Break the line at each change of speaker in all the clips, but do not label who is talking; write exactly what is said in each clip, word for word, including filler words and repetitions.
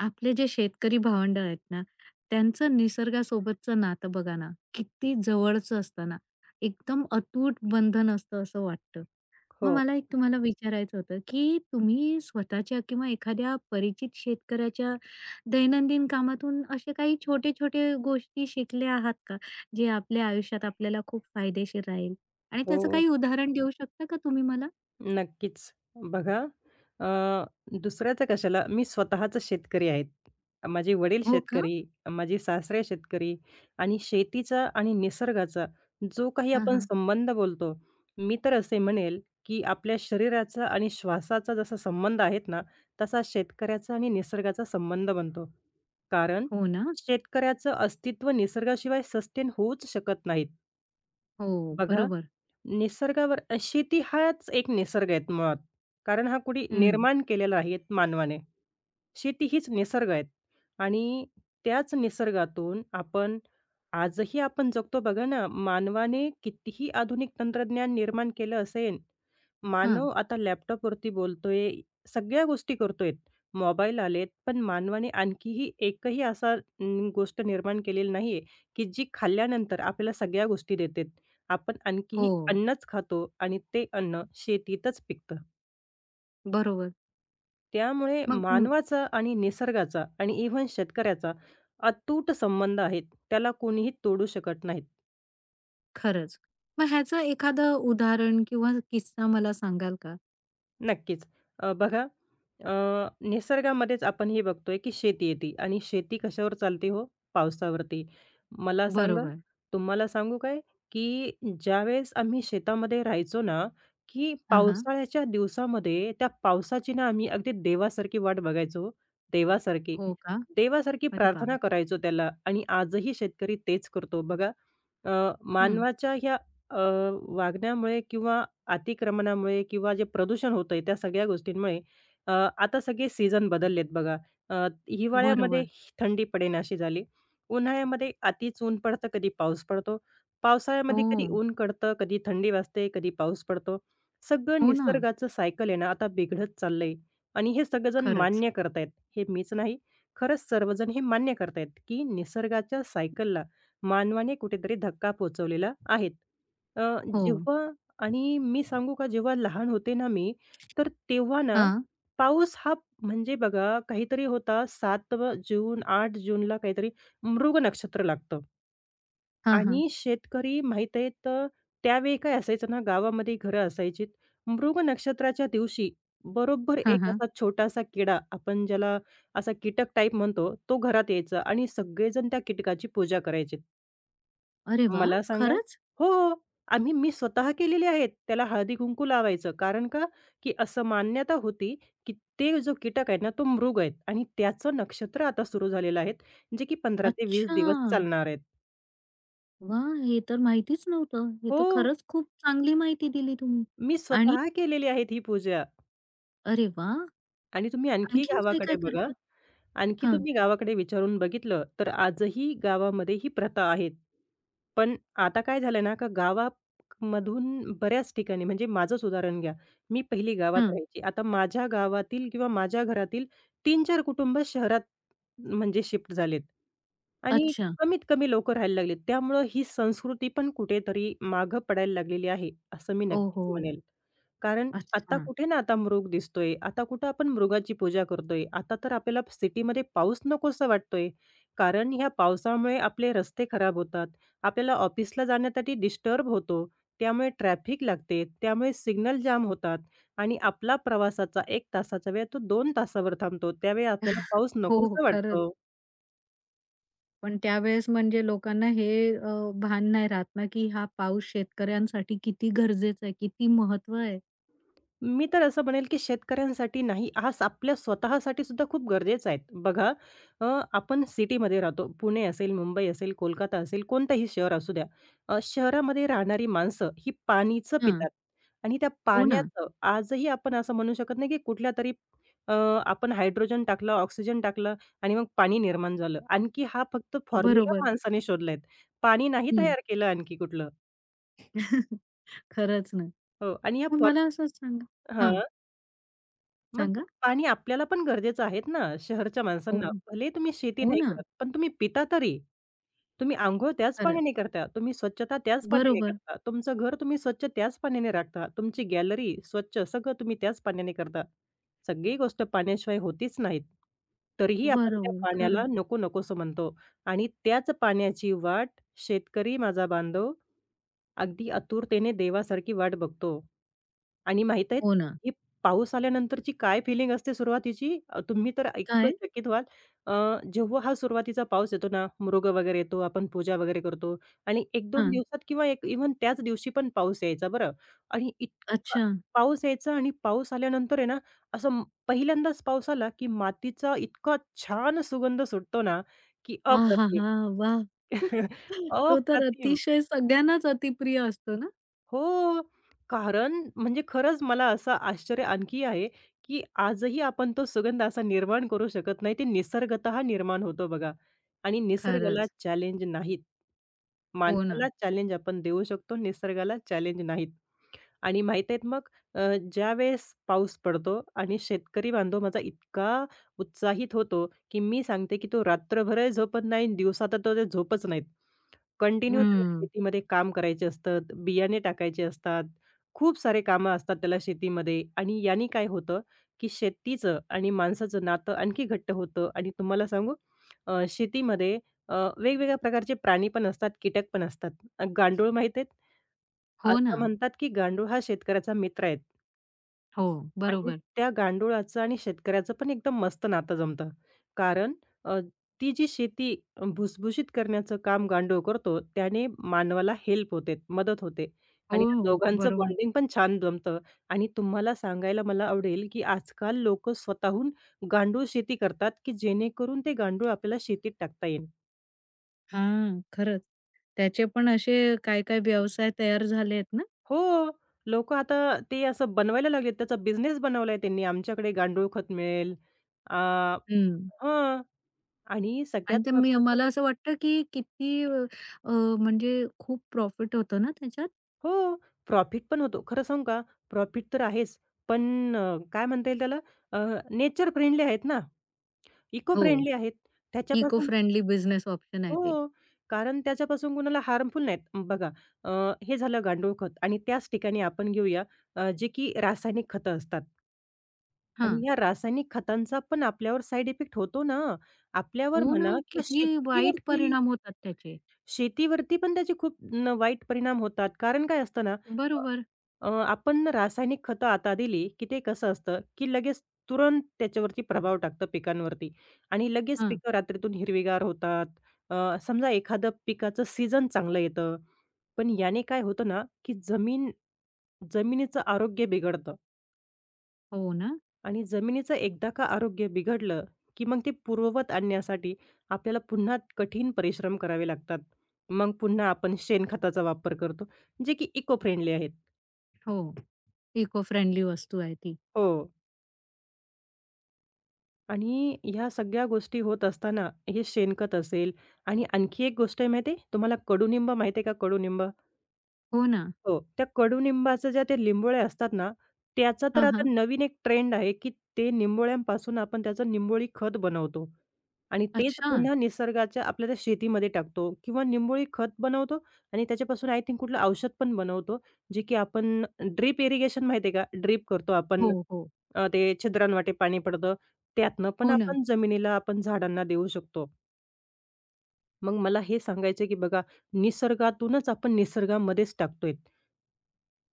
आपले जे शेतकरी भावंड आहेत ना, त्यांचं निसर्गासोबतचं नातं बघा ना, किती जवळचं असतं ना. एकदम अतूट बंधन असतं असं वाटतं. मग
हो,
मला एक तुम्हाला विचारायचं होतं, की तुम्ही स्वतःच्या किंवा एखाद्या परिचित शेतकऱ्याच्या दैनंदिन कामातून असे काही छोटे-छोटे गोष्टी शिकल्या आहात का? जे आपल्या आयुष्यात आपल्याला खूप फायदेशीर राहील? आणि त्याचं
हो.
काही उदाहरण देऊ शकता का तुम्ही मला?
नक्कीच. बघा. अ, दुसऱ्याचं कशाला, मी स्वतःच शेतकरी आहेत. माझे वडील
हो का?
शेतकरी, माझे सासरे शेतकरी आणि शेतीचा आणि निसर्गाचा जो काही
हां,
आपण
हां.
संबंध बोलतो, मी तर असे म्हणेल, की आपल्या शरीराचा आणि श्वासाचा जसा संबंध आहेत ना, तसा शेतकऱ्याचा आणि निसर्गाचा संबंध बनतो. कारण
हो ना?
शेतकऱ्याचं अस्तित्व निसर्गाशिवाय सस्टेन होऊच शकत नाहीत.
हो,
बघा,
बरोबर.
निसर्गावर अ, शेती हाच एक निसर्ग आहे मुळात. कारण हा कुणी
हं.
निर्माण केलेला आहे मानवाने. शेती हीच निसर्ग आहे आणि त्याच निसर्गातून आपण आजही आपण जगतो बघा ना, मानवाने कितीही आधुनिक तंत्रज्ञान निर्माण केलं असेल, मानव
हां.
आता लॅपटॉपवरती बोलतोय, सगळ्या गोष्टी करतोय. मोबाईल आलेत, पण मानवाने आणखीही एकही असा अं, गोष्ट निर्माण केलेली नाहीये, की जी खाल्ल्यानंतर आपल्याला सगळ्या गोष्टी देते. आपण
हो.
आणखीही अन्नच खातो आणि ते अन्न शेतीतच पिकतं.
बरोबर.
त्यामुळे
मग अं,
मानवाचा आणि निसर्गाचा आणि इव्हन शेतकऱ्याचा अतूट संबंध आहेत. त्याला कोणीही तोडू शकत नाहीत.
खरंच. मग ह्याचं एखादं उदाहरण किंवा किस्सा मला सांगाल का?
नक्कीच. अ, बघा. अ, निसर्गामध्येच आपण हे बघतोय, की शेती येते आणि शेती कशावर चालते हो? पावसावरती. मला सांगा,
बरोबर.
तुम्हाला सांगू काय? की ज्यावेळेस आम्ही शेतामध्ये राहायचो ना, की
हां, हां.
पावसाळ्याच्या दिवसामध्ये त्या पावसाची ना आम्ही अगदी देवासारखी वाट बघायचो हो. देवासारखी.
हो का?
देवासारखी
अरे
प्रार्थना
बाबा!
करायचो त्याला आणि आजही शेतकरी तेच करतो बघा. अ,
हं.
मानवाच्या ह्या अ, वागण्यामुळे किंवा अतिक्रमणामुळे किंवा जे प्रदूषण होतंय त्या सगळ्या गोष्टींमुळे अ, आता सगळे सीझन बदललेत बघा. अ, हिवाळ्यामध्ये
बरोबर.
थंडी पडेनाशी झाली. उन्हाळ्यामध्ये अतिच ऊन पडतं, कधी पाऊस पडतो.
हो.
पावसाळ्यामध्ये कधी ऊन कडतं, कधी थंडी वाजते, कधी पाऊस पडतो. सगळं
हो ना.
निसर्गाचं सायकल आहे ना आता बिघडत चाललंय आणि हे सगळेजण
खरंच.
मान्य करतायत. हे मीच नाही, खरंच सर्वजण हे मान्य करतायत, की निसर्गाच्या सायकलला मानवाने कुठेतरी धक्का पोहोचवलेला आहेत. अ,
हो.
जेव्हा आणि मी सांगू का, जेव्हा लहान होते ना मी, तर तेव्हा ना
हां.
पाऊस हा म्हणजे बघा काहीतरी होता सात जून, आठ जूनला काहीतरी मृग नक्षत्र लागतं
हां, हां.
आणि शेतकरी माहीत आहे तर त्यावेळी काय असायचं ना, गावामध्ये घरं असायची. मृग नक्षत्राच्या दिवशी बरोबर
हां,
एक
हां.
असा छोटासा किडा, आपण ज्याला असा कीटक टाइप म्हणतो, तो घरात यायचा आणि सगळेजण त्या कीटकाची पूजा करायचे.
अरे वाह!
मला सांगा,
खरंच?
हो, हो. आम्ही, मी स्वतः केलेले आहेत. त्याला हळदी-कुंकू लावायचं. कारण का, की असं मान्यता होती, की ते जो कीटक आहे ना, तो मृग आहेत आणि त्याचं नक्षत्र आता सुरू झालेलं आहे, जे की पंधरा ते वीस
अच्छा!
दिवस चालणार आहेत.
वाह! हे तर माहितीच नव्हतं. हे
हो,
तर खरंच खूप चांगली माहिती दिली तुम्ही.
मी
आणि
स्वतः केलेली आहेत ही पूजा.
अरे वाह!
आणि तुम्ही आणखीही
आणखीन
गावाकडे
काय-काय
बघा,
करतात?
आणखी
हां,
तुम्ही गावाकडे विचारून बघितलं, तर आजही गावामध्ये ही प्रथा आहेत. पण आता काय झालं ना, का गावामधून बऱ्याच ठिकाणी, म्हणजे माझंच उदाहरण घ्या. मी पहिली गावात
हां.
राहायची. आता माझ्या गावातील किंवा माझ्या घरातील तीन चार कुटुंब शहरात म्हणजे शिफ्ट झालेत आणि
अच्छा.
कमीत कमी लोकं राहायला लागलेत. त्यामुळं ही संस्कृती पण कुठेतरी मागं पडायला लागलेली आहे, असं मी
ओहो!
नक्कीच म्हणेल. कारण आता
अच्छा.
कुठे ना, आता मृग दिसतोय, आता कुठं आपण मृगाची पूजा करतोय. आता तर आपल्याला सिटीमध्ये पाऊस नकोसा वाटतोय. कारण ह्या पावसामुळे आपले रस्ते खराब होतात. आपल्याला ऑफिसला जाण्यासाठी डिस्टर्ब होतो. त्यामुळे ट्रॅफिक लागते. त्यामुळे सिग्नल जाम होतात आणि आपला प्रवासाचा एक तासाचा वेळ तो दोन तासावर थांबतो. त्यावेळी आपल्याला पाऊस
हो.
नकोसा
खरंच.
वाटतो.
पण त्यावेळेस म्हणजे लोकांना हे अ, भान नाही राहत ना, की हा पाऊस शेतकऱ्यांसाठी किती गरजेचा आहे, किती महत्व आहे.
मी तर असं म्हणेल, की शेतकऱ्यांसाठी नाही, हा स- आपल्या स्वतःसाठी सुद्धा खूप गरजेचा आहे. बघा, अ, आपण सिटीमध्ये राहतो. पुणे असेल, मुंबई असेल, कोलकाता असेल, कोणतंही शहर असू द्या. अ, शहरामध्ये राहणारी माणसं ही पाणीचं
हां.
पितात आणि त्या
हो ना.
पाण्याचं आजही आपण असं म्हणू शकत नाही, की कुठल्यातरी अ, आपण हायड्रोजन टाकलं, ऑक्सिजन टाकलं आणि मग पाणी निर्माण झालं. आणखी हा फक्त फॉर्म्युला
बरोबर.
माणसाने शोधलाय. पाणी नाही
हं.
तयार केलं आणखी कुठलं.
खरंच ना.
हो, आणि या
मग मला
फॉर्म्युला,
असंच सांगा हां,
मग ते
सांगा?
पाणी आपल्याला पण गरजेचं आहेत ना, शहरच्या माणसांना.
हो,
भले तुम्ही शेती
हो
नाही
ना.
करत, पण तुम्ही पिता तरी. तुम्ही अंघोळ त्याच
खरंच.
पाण्याने करता, तुम्ही स्वच्छता त्याच पाण्याने
बरोबर,
करता, तुमचं घर तुम्ही स्वच्छ त्याच पाण्याने राखता, तुमची गॅलरी स्वच्छ सगळं तुम्ही त्याच पाण्याने करता. सगळी गोष्ट पाण्याशिवाय होतीच नाहीत. तरीही आपण त्या
बरोबर.
पाण्याला
खरं.
नको नकोसं म्हणतो. आणि त्याच पाण्याची वाट शेतकरी माझा बांधव अगदी आतुरतेने देवासारखी वाट बघतो. आणि माहीत आहेत,
हो ना.
ही पाऊस आल्यानंतरची काय फिलिंग असते सुरुवातीची? अ, तुम्ही तर इतकं
काय?
चकित व्हाल. अ, जेव्हा हा सुरुवातीचा पाऊस येतो ना, मृग वगैरे येतो, आपण पूजा वगैरे करतो आणि एक दोन
हां.
दिवसात किंवा एक इव्हन त्याच दिवशी पण पाऊस यायचा बरं, आणि इतका
अच्छा.
पाऊस यायचा, आणि पाऊस आल्यानंतर आहे ना, असं म- पहिल्यांदाच पाऊस आला, की मातीचा इतका छान सुगंध सुटतो ना, की अप्रतिम.
आहाहा! वाह! तो तर
अप्रतिम.
अतिशय सगळ्यांनाच अतिप्रिय असतो ना?
हो. कारण म्हणजे खरंच मला असं आश्चर्य आणखी आहे, की आजही आपण तो सुगंध असा निर्माण करू शकत नाही. ते निसर्गतः निर्माण होतो बघा, आणि निसर्गाला
खरंच.
चॅलेंज नाहीत.
हो ना.
माणसाला चॅलेंज आपण देऊ शकतो, निसर्गाला चॅलेंज नाहीत. आणि माहीत आहेत मग अ, ज्यावेळेस पाऊस पडतो आणि शेतकरी बांधव माझा इतका उत्साहित होतो, की मी सांगते, की तो रात्रभरही झोपत नाही, आणि तर तो ते झोपच नाहीत. कंटिन्यू त्याला
हं.
शेतीमध्ये काम करायचे असतात, बियाणे टाकायचे असतात. खूप सारे कामं असतात त्याला शेतीमध्ये, आणि याने काय होतं, की शेतीचं आणि माणसाचं नातं आणखी घट्ट होतं. आणि तुम्हाला सांगू, अ, शेतीमध्ये अ, वेगवेगळ्या प्रकारचे प्राणी पण असतात, कीटक पण असतात. अ, गांडूळ माहीत आहेत?
हो ना.
असं म्हणतात, की गांडूळ हा शेतकऱ्याचा मित्र आहे.
हो,
आणि
बरोबर.
त्या गांडुळाचं आणि शेतकऱ्याचं पण एकदम मस्त नातं जमतं. कारण, अ, ती जी शेती अ, भुसभुशीत करण्याचं काम गांडूळ करतो, त्याने मानवाला हेल्प होते, मदत होते आणि त्या
हो,
दोघांचं
बरोबर.
बॉन्डिंग पण छान जमतं. आणि तुम्हाला सांगायला मला आवडेल, की आजकाल लोकं स्वतःहून गांडूळ शेती करतात, की जेणेकरून ते गांडूळ आपल्याला शेतीत टाकता येईल.
हां, खरंच. त्याचे पण असे काय-काय व्यवसाय तयार झाले आहेत ना.
हो. लोक आता ते असं बनवायला लागलेत. त्याचा बिझनेस बनवलाय त्यांनी. आमच्याकडे गांडूळ खत मिळेल. अ,
हं.
हं. आणि सगळ्यात
आणि ते मी
महत्त्वाचं,
मला असं वाटतं, की किती अ, अ, म्हणजे खूप प्रॉफिट होतो ना त्याच्यात.
हो. प्रॉफिट पण होतो. खरं सांगू का? प्रॉफिट तर आहेच. पण अ, काय म्हणता येईल त्याला, नेचर फ्रेंडली आहेत ना, इको
हो.
फ्रेंडली आहेत.
इको
त्याच्यापासून,
फ्रेंडली बिझनेस ऑप्शन आहे ते.
हो. कारण त्याच्यापासून कुणाला हार्मफुल नाहीत. बघा, अ, हे झालं गांडूळ खत, आणि त्याच ठिकाणी आपण घेऊया अ, जे की रासायनिक खतं असतात. आणि
हां.
ह्या रासायनिक खतांचा पण आपल्यावर साइड इफेक्ट होतो ना. आपल्यावर
हो ना,
म्हणा किंवा
किती वाईट
शेतीवरती,
परिणाम होतात त्याचे.
शेतीवरती पण त्याचे खूप न वाईट परिणाम होतात. कारण काय असतं ना,
बरोबर.
अ, आपण रासायनिक खतं आता दिली, की ते कसं असतं, की लगेच, तुरंत त्याच्यावरती प्रभाव टाकतं पिकांवरती आणि लगेच
हां.
पिकं रात्रीतून हिरवीगार होतात. अ, समजा एखादं पिकाचं सीझन चांगलं येतं. पण याने काय होतं ना, की जमीन, जमिनीचं आरोग्य बिघडतं.
हो ना.
आणि जमिनीचं एकदा का आरोग्य बिघडलं, की मग ते पूर्ववत आणण्यासाठी आपल्याला पुन्हा कठीण परिश्रम करावे लागतात. मग पुन्हा आपण शेणखताचा वापर करतो, जे की इको फ्रेंडली आहेत.
हो. इको फ्रेंडली वस्तू आहे ती.
हो. आणि ह्या सगळ्या गोष्टी होत असताना हे शेणखत असेल आणि आणखी एक गोष्ट आहे माहिती आहे, तुम्हाला कडुनिंब माहिती आहे का, कडुनिंब?
हो ना.
हो, त्या कडुनिंबाच्या ज्या ते लिंबोळ्या असतात ना, त्याचा तर
हां,
आता
हां.
नवीन एक ट्रेंड आहे, की ते निंबोळ्यांपासून आपण त्याचं निंबोळी खत बनवतो आणि तेच
अच्छा.
पुन्हा निसर्गाच्या आपल्या त्या शेतीमध्ये टाकतो किंवा निंबोळी खत बनवतो. आणि त्याच्यापासून आय थिंक कुठलं औषध पण बनवतो, जे की आपण, ड्रिप इरिगेशन माहिती आहे का? ड्रिप करतो आपण.
हो, हो.
अ, ते छिद्रांवाटे पाणी पडतं, त्यातनं पण
हो ना.
आपण जमिनीला आपण झाडांना देऊ शकतो. मग मला हे सांगायचं, की बघा, निसर्गातूनच आपण निसर्गामध्येच टाकतोय.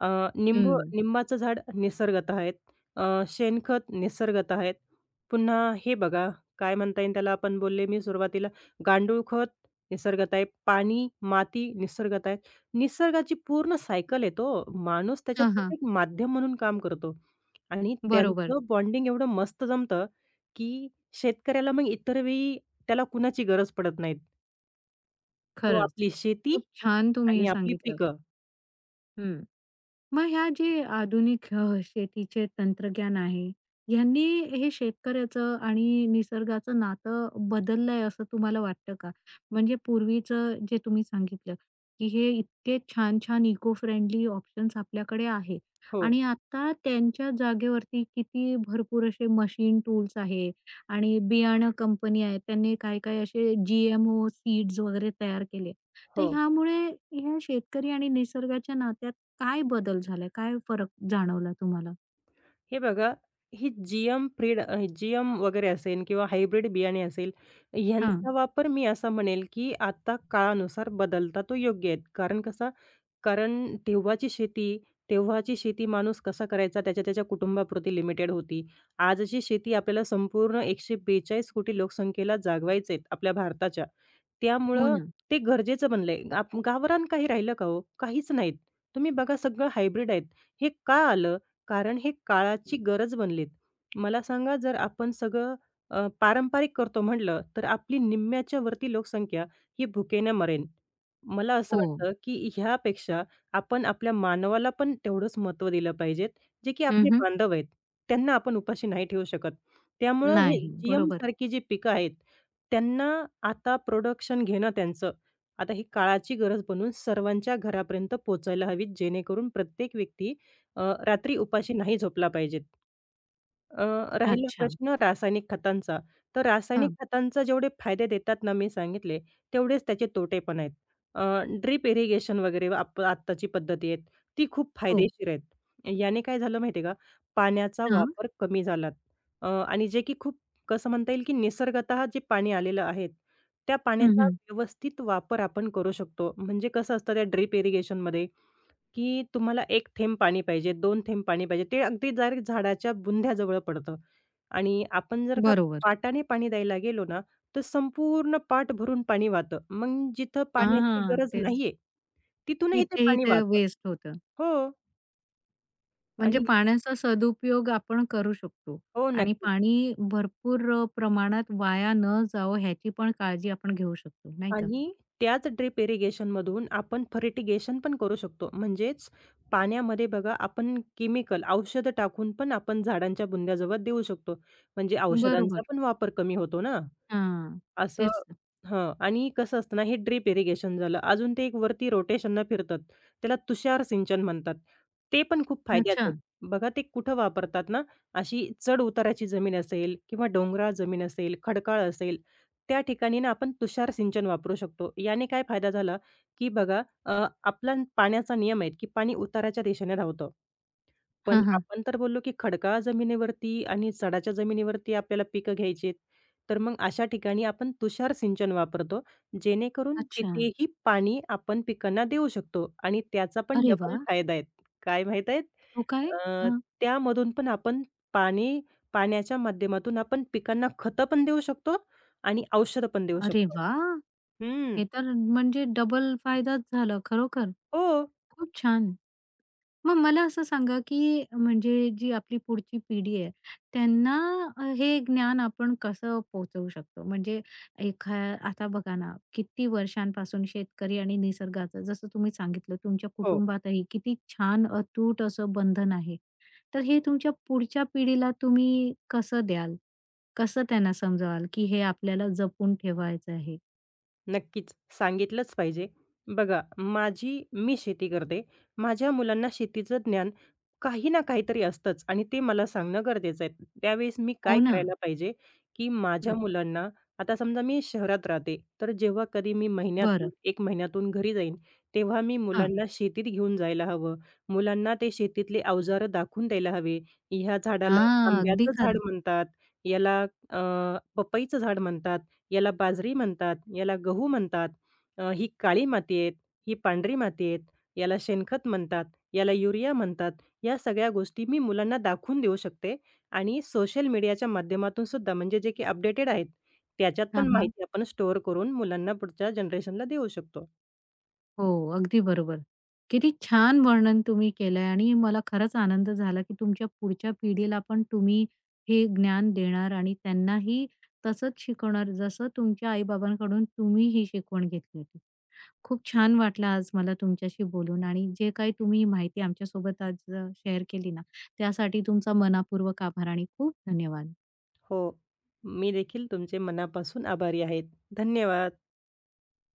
अ, निंबू
हं.
निंबाचं झाड निसर्गतः आहेत. अ, शेणखत निसर्गतः आहेत. पुन्हा हे बघा, काय म्हणता येईल त्याला, आपण बोलले मी सुरुवातीला, गांडूळ खत निसर्गतः आहे. पाणी, माती निसर्गतः आहे. निसर्गाची पूर्ण सायकल आहे तो. माणूस त्याच्यात
हां,
फक्त
हां.
एक माध्यम म्हणून काम करतो आणि
बरोबर.
त्यांचं बॉन्डिंग एवढं मस्त जमतं, की शेतकऱ्याला मग इतर वेळी त्याला कुणाची गरज पडत नाही. तो
खरंच.
आपली शेती
खूप छान तुम्ही
आणि
हे
आपली
सांगितलं.
पिकं.
हं. मग ह्या जे आधुनिक अ, शेतीचे तंत्रज्ञान आहे, ह्यांनी हे शेतकऱ्याचं आणि निसर्गाचं नातं बदललंय असं तुम्हाला वाटतं का? म्हणजे पूर्वीचं जे तुम्ही सांगितलं, की हे इतके छान-छान इको फ्रेंडली ऑप्शन्स आपल्याकडे आहे
हो,
आणि आता त्यांच्या जागेवरती किती भरपूर असे मशीन टूल्स आहे आणि बियाणं कंपनी आहे. त्यांनी काय-काय असे जी सीड्स वगैरे तयार केले. तर
हो.
ह्यामुळे ह्या शेतकरी आणि निसर्गाच्या नात्यात काय बदल झालाय? काय फरक जाणवला तुम्हाला?
हे बघा, ही जी-एम प्रीड अ, जी-एम वगैरे असेल किंवा हायब्रिड बियाणे असेल,
हां.
ह्यांचा वापर मी असा म्हणेल, की आता काळानुसार बदलता तो योग्य आहे. कारण कसा, कारण तेव्हाची शेती तेव्हाची शेती माणूस कसा करायचा, त्याच्या त्याच्या कुटुंबापुरती लिमिटेड होती. आजची शेती आपल्याला संपूर्ण एकशे बेचाळीस कोटी लोकसंख्येला जागवायचे आहेत आपल्या भारताच्या. त्यामुळं,
हो
हं,
ना.
ते गरजेचं बनलंय. आप गावरान काही राहिलं का हो? काहीच नाहीत. तुम्ही बघा सगळं हायब्रिड आहेत. हे का आलं? कारण हे काळाची गरज बनलीत. मला सांगा, जर आपण सगळं अ, पारंपरिक करतो म्हटलं, तर आपली निम्म्याच्या वरती लोकसंख्या ही भुकेनं मरेन. मला असं
हो.
वाटतं, की ह्यापेक्षा आपण आपल्या मानवाला पण तेवढंच महत्त्व दिलं पाहिजेत, जे की
हं,
आपले
हं.
बांधव आहेत. त्यांना आपण उपाशी नाही ठेवू शकत. त्यामुळं हे
नाही.
जीएम
बरोबर.
सारखी जी पिकं आहेत, त्यांना आता प्रोडक्शन घेणं त्यांचं, आता ही काळाची गरज बनून सर्वांच्या घरापर्यंत पोहोचायला हवी, जेणेकरून प्रत्येक व्यक्ती अ, रात्री उपाशी नाही झोपला पाहिजेत. अ, राहिला
अच्छा.
प्रश्न रासायनिक खतांचा. तर रासायनिक
हां.
खतांचा जेवढे फायदे देतात ना, मी सांगितले, तेवढेच त्याचे तोटे पण आहेत. अ, ड्रिप इरिगेशन वगैरे आप आत्ताची पद्धती आहेत, ती खूप
हो.
फायदेशीर आहेत. याने काय झालं माहिती आहे का, पाण्याचा
हां.
वापर कमी झाला. अ, आणि जे की खूप, कसं म्हणता येईल, की निसर्गतः जे पाणी आलेलं आहे, त्या
हं,
पाण्याचा
हं.
व्यवस्थित वापर आपण करू शकतो. म्हणजे कसं असतं त्या ड्रिप, की तुम्हाला एक थेंब पाणी पाहिजे, दोन थेंब पाणी पाहिजे. ते अगदी डायरेक्ट झाडाच्या बुंध्याजवळ पडतं. आणि आपण जर का
बरोबर.
पाटाने पाणी द्यायला गेलो ना, तर संपूर्ण पाट भरून पाणी वाहतं. मग जिथं
हां,
पाण्याची
हां.
गरज
तेच.
नाहीये, तिथूनही ते
इथेही
पाणी
ते
वाहतं.
वेस्ट होतं.
हो.
म्हणजे
आणि
पाण्याचा सदुपयोग आपण करू शकतो
हो,
आणि
नक्कीच.
पाणी भरपूर अ, प्रमाणात वाया न जावं ह्याची पण काळजी आपण घेऊ शकतो, नाही का?
आणि त्याच ड्रिप इरिगेशनमधून आपण फर्टिगेशन पण करू शकतो. म्हणजेच पाण्यामध्ये बघा, आपण केमिकल, औषधं टाकून पण आपण झाडांच्या बुंध्याजवळ देऊ शकतो. म्हणजे औषधांचा
बरोबर.
पण वापर कमी होतो ना.
हां.
असं,
तेच.
हां. आणि कसं असतं ना, हे ड्रिप इरिगेशन झालं. अजून ते एक वरती रोटेशननं फिरतात. त्याला तुषार सिंचन म्हणतात. ते पण खूप
अच्छा.
फायद्याचं आहे. बघा ते कुठं वापरतात ना, अशी चढ-उताराची जमीन असेल किंवा डोंगराळ जमीन असेल, खडकाळ असेल, त्या ठिकाणी ना आपण तुषार सिंचन वापरू शकतो. याने काय फायदा झाला, की बघा, अ, आपला पाण्याचा नियम आहे, की पाणी उताराच्या दिशेने धावतं. पण
हां, हां.
आपण तर बोललो, की खडकाळ जमिनीवरती आणि सडाच्या जमिनीवरती आपल्याला पिकं घ्यायची आहेत. तर मग अशा ठिकाणी आपण तुषार सिंचन वापरतो, जेणेकरून
अच्छा.
तिथेही पाणी आपण पिकांना देऊ शकतो आणि त्याचा पण
अरे
डबल
वाह!
फायदा आहे. काय माहीत आहे?
तो काय?
अ,
हां.
त्यामधून पण आपण पाणी पाण्याच्या माध्यमातून आपण पिकांना खतं पण देऊ शकतो आणि औषधं पण देऊ
अरे
शकतो.
वा,
हं.
हे तर म्हणजे डबल फायदाच झाला खरोखर.
हो,
खूप छान. मग मला असं सांगा, की म्हणजे जी आपली पुढची पिढी आहे, त्यांना अ, हे ज्ञान आपण कसं पोहोचवू शकतो? म्हणजे एखा आता बघा ना, किती वर्षांपासून शेतकरी आणि निसर्गाचं जसं तुम्ही सांगितलं, तुमच्या
हो.
कुटुंबातही किती छान अतूट असं बंधन आहे. तर हे तुमच्या पुढच्या पिढीला तुम्ही कसं द्याल? कसं त्यांना समजावाल, की हे आपल्याला जपून ठेवायचं आहे?
नक्कीच, सांगितलंच पाहिजे. बघा, माझी मी शेती करते. माझ्या मुलांना शेतीचं ज्ञान काही ना काहीतरी असतंच आणि ते मला सांगणं गरजेचं आहे. त्यावेळेस मी
हो
काय
ना.
करायला पाहिजे, की माझ्या
हं,
मुलांना, आता समजा मी शहरात राहते, तर जेव्हा कधी मी महिन्यातून
बरं.
एक महिन्यातून घरी जाईन, तेव्हा मी
हां.
मुलांना शेतीत घेऊन जायला हवं. मुलांना ते शेतीतले अवजारं दाखवून द्यायला हवे. ह्या झाडाला
हां, अगदी
आंब्याचं झाड
खरं.
म्हणतात, याला अ, पपईचं झाड म्हणतात. याला बाजरी म्हणतात, याला गहू म्हणतात, अ, ही काळी माती आहे, ही पांढरी माती आहे, याला शेणखत म्हणतात, याला युरिया म्हणतात. या सगळ्या गोष्टी मी मुलांना दाखवून देऊ शकते आणि सोशल मीडियाच्या माध्यमातून सुद्धा म्हणजे जे की अपडेटेड आहेत, त्याच्यात पण
हां, हां.
माहिती आपण स्टोअर करून मुलांना पुढच्या जनरेशनला देऊ शकतो.
हो, अगदी बरोबर. किती छान वर्णन तुम्ही केलंय आणि मला खरंच आनंद झाला, की तुमच्या पुढच्या पिढीला पण तुम्ही हे ज्ञान देणार आणि त्यांनाही तसंच शिकवणार, जसं तुमच्या आई-बाबांकडून तुम्ही ही शिकवण घेतली होती. खूप छान वाटलं आज मला तुमच्याशी बोलून आणि जे काही तुम्ही माहिती आमच्यासोबत आज शेअर केली ना, त्यासाठी तुमचा मनःपूर्वक आभार आणि खूप धन्यवाद.
हो, मी देखील तुमचे मनापासून आभारी आहे. धन्यवाद.